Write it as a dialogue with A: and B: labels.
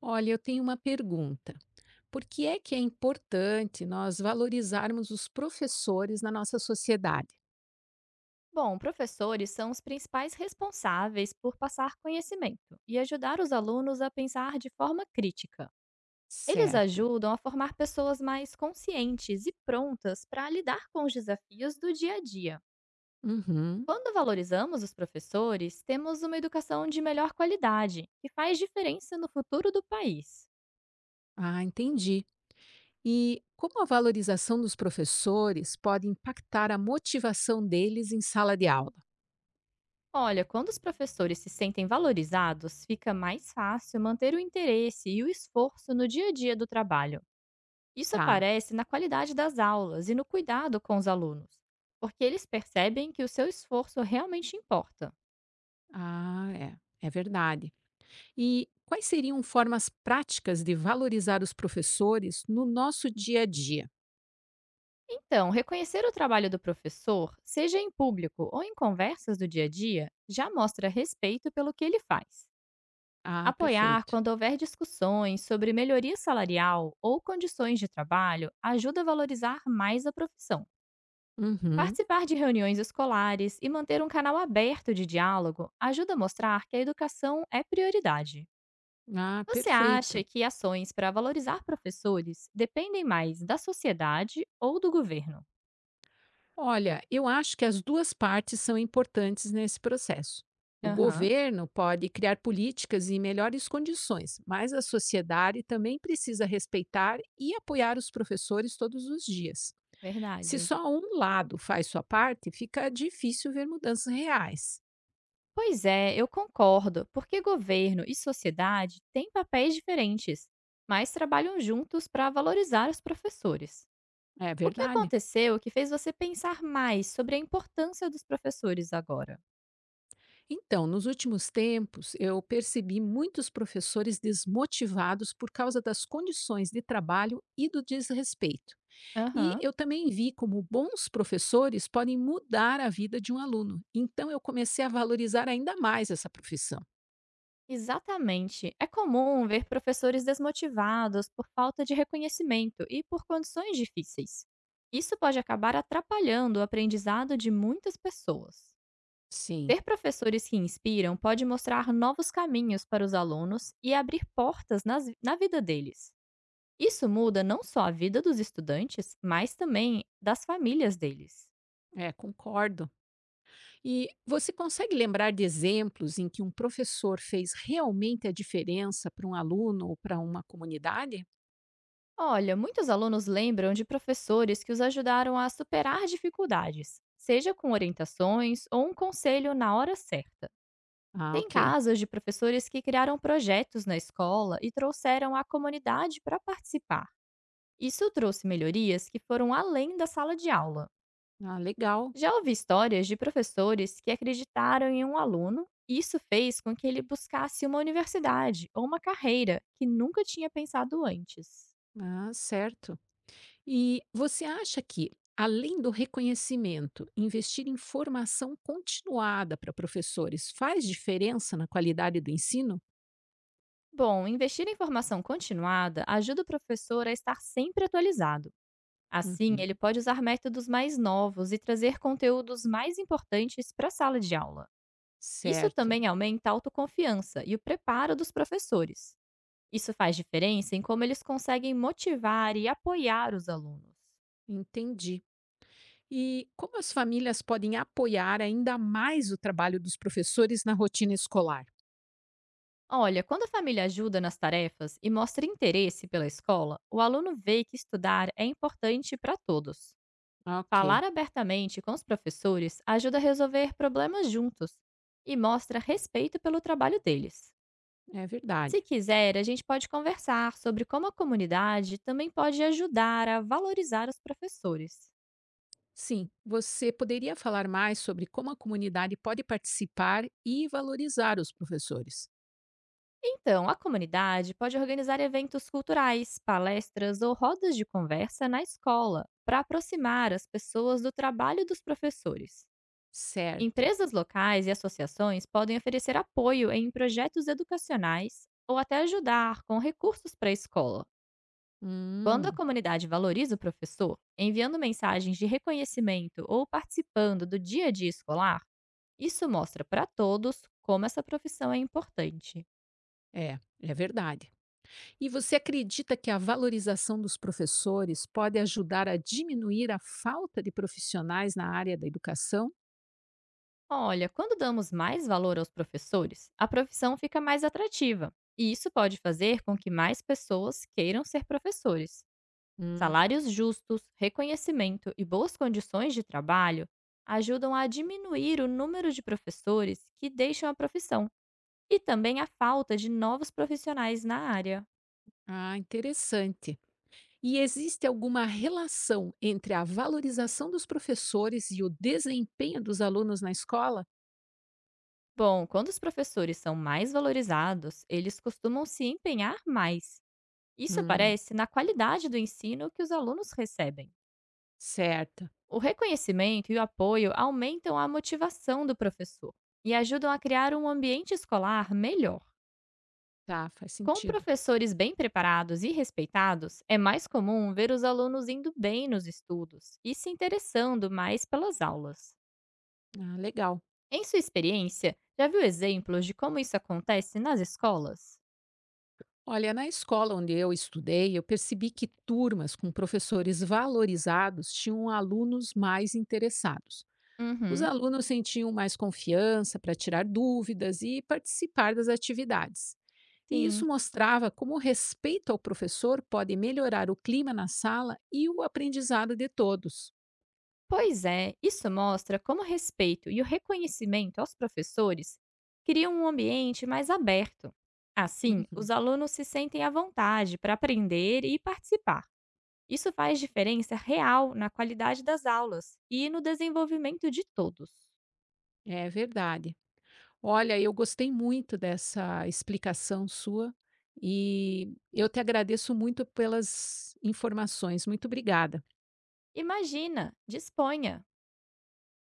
A: Olha, eu tenho uma pergunta. Por que é importante nós valorizarmos os professores na nossa sociedade?
B: Bom, professores são os principais responsáveis por passar conhecimento e ajudar os alunos a pensar de forma crítica. Eles
A: Certo.
B: ajudam a formar pessoas mais conscientes e prontas para lidar com os desafios do dia a dia.
A: Uhum.
B: Quando valorizamos os professores, temos uma educação de melhor qualidade, que faz diferença no futuro do país.
A: Ah, entendi. E como a valorização dos professores pode impactar a motivação deles em sala de aula?
B: Olha, quando os professores se sentem valorizados, fica mais fácil manter o interesse e o esforço no dia a dia do trabalho. Isso
A: Tá.
B: aparece na qualidade das aulas e no cuidado com os alunos, porque eles percebem que o seu esforço realmente importa.
A: Ah, é. É verdade. E quais seriam formas práticas de valorizar os professores no nosso dia a dia?
B: Então, reconhecer o trabalho do professor, seja em público ou em conversas do dia a dia, já mostra respeito pelo que ele faz.
A: Ah,
B: Apoiar
A: perfeito.
B: quando houver discussões sobre melhoria salarial ou condições de trabalho ajuda a valorizar mais a profissão.
A: Uhum.
B: Participar de reuniões escolares e manter um canal aberto de diálogo ajuda a mostrar que a educação é prioridade.
A: Ah,
B: Você acha
A: perfeito.
B: que ações para valorizar professores dependem mais da sociedade ou do governo?
A: Olha, eu acho que as duas partes são importantes nesse processo. O
B: Aham,
A: governo pode criar políticas e melhores condições, mas a sociedade também precisa respeitar e apoiar os professores todos os dias. Se
B: verdade.
A: só um lado faz sua parte, fica difícil ver mudanças reais.
B: Pois é, eu concordo, porque governo e sociedade têm papéis diferentes, mas trabalham juntos para valorizar os professores.
A: É
B: O que
A: verdade.
B: aconteceu que fez você pensar mais sobre a importância dos professores agora?
A: Então, nos últimos tempos, eu percebi muitos professores desmotivados por causa das condições de trabalho e do desrespeito. E
B: Aham.
A: eu também vi como bons professores podem mudar a vida de um aluno. Então eu comecei a valorizar ainda mais essa profissão.
B: Exatamente. É comum ver professores desmotivados por falta de reconhecimento e por condições difíceis. Isso pode acabar atrapalhando o aprendizado de muitas pessoas.
A: Sim,
B: Ter professores que inspiram pode mostrar novos caminhos para os alunos e abrir portas na vida deles. Isso muda não só a vida dos estudantes, mas também das famílias deles.
A: é, concordo. E você consegue lembrar de exemplos em que um professor fez realmente a diferença para um aluno ou para uma comunidade?
B: Olha, muitos alunos lembram de professores que os ajudaram a superar dificuldades, seja com orientações ou um conselho na hora certa.
A: Ah,
B: Tem
A: ok.
B: casos de professores que criaram projetos na escola e trouxeram a comunidade para participar. Isso trouxe melhorias que foram além da sala de aula.
A: Ah, legal.
B: Já ouvi histórias de professores que acreditaram em um aluno e isso fez com que ele buscasse uma universidade ou uma carreira que nunca tinha pensado antes.
A: Ah, certo. E você acha que, além do reconhecimento, investir em formação continuada para professores faz diferença na qualidade do ensino?
B: Bom, investir em formação continuada ajuda o professor a estar sempre atualizado. Assim, ele
A: Uhum,
B: pode usar métodos mais novos e trazer conteúdos mais importantes para a sala de aula. Isso
A: certo,
B: também aumenta a autoconfiança e o preparo dos professores. Isso faz diferença em como eles conseguem motivar e apoiar os alunos.
A: entendi. E como as famílias podem apoiar ainda mais o trabalho dos professores na rotina escolar?
B: Olha, quando a família ajuda nas tarefas e mostra interesse pela escola, o aluno vê que estudar é importante para todos.
A: Ok,
B: Falar abertamente com os professores ajuda a resolver problemas juntos e mostra respeito pelo trabalho deles.
A: é
B: Se
A: verdade.
B: quiser, a gente pode conversar sobre como a comunidade também pode ajudar a valorizar os professores.
A: Sim, você poderia falar mais sobre como a comunidade pode participar e valorizar os professores?
B: Então, a comunidade pode organizar eventos culturais, palestras ou rodas de conversa na escola para aproximar as pessoas do trabalho dos professores.
A: Certo.
B: Empresas locais e associações podem oferecer apoio em projetos educacionais ou até ajudar com recursos para a escola. Quando a
A: Hum,
B: comunidade valoriza o professor, enviando mensagens de reconhecimento ou participando do dia a dia escolar, isso mostra para todos como essa profissão é importante.
A: é, é verdade. E você acredita que a valorização dos professores pode ajudar a diminuir a falta de profissionais na área da educação?
B: Olha, quando damos mais valor aos professores, a profissão fica mais atrativa, e isso pode fazer com que mais pessoas queiram ser professores. Salários justos, reconhecimento e boas condições de trabalho ajudam a diminuir o número de professores que deixam a profissão e também a falta de novos profissionais na área.
A: Ah, interessante. E existe alguma relação entre a valorização dos professores e o desempenho dos alunos na escola?
B: Bom, quando os professores são mais valorizados, eles costumam se empenhar mais. Isso
A: Hum,
B: aparece na qualidade do ensino que os alunos recebem.
A: certo.
B: O reconhecimento e o apoio aumentam a motivação do professor e ajudam a criar um ambiente escolar melhor.
A: Tá, faz
B: Com
A: sentido.
B: professores bem preparados e respeitados, é mais comum ver os alunos indo bem nos estudos e se interessando mais pelas aulas.
A: Ah, legal.
B: Em sua experiência, já viu exemplos de como isso acontece nas escolas?
A: Olha, na escola onde eu estudei, eu percebi que turmas com professores valorizados tinham alunos mais interessados. Os
B: Uhum,
A: alunos sentiam mais confiança para tirar dúvidas e participar das atividades. E isso
B: sim.
A: mostrava como o respeito ao professor pode melhorar o clima na sala e o aprendizado de todos.
B: Pois é, isso mostra como o respeito e o reconhecimento aos professores criam um ambiente mais aberto. Assim,
A: Uhum,
B: os alunos se sentem à vontade para aprender e participar. Isso faz diferença real na qualidade das aulas e no desenvolvimento de todos.
A: é verdade. Olha, eu gostei muito dessa explicação sua e eu te agradeço muito pelas informações. Muito obrigada.
B: Imagina, disponha!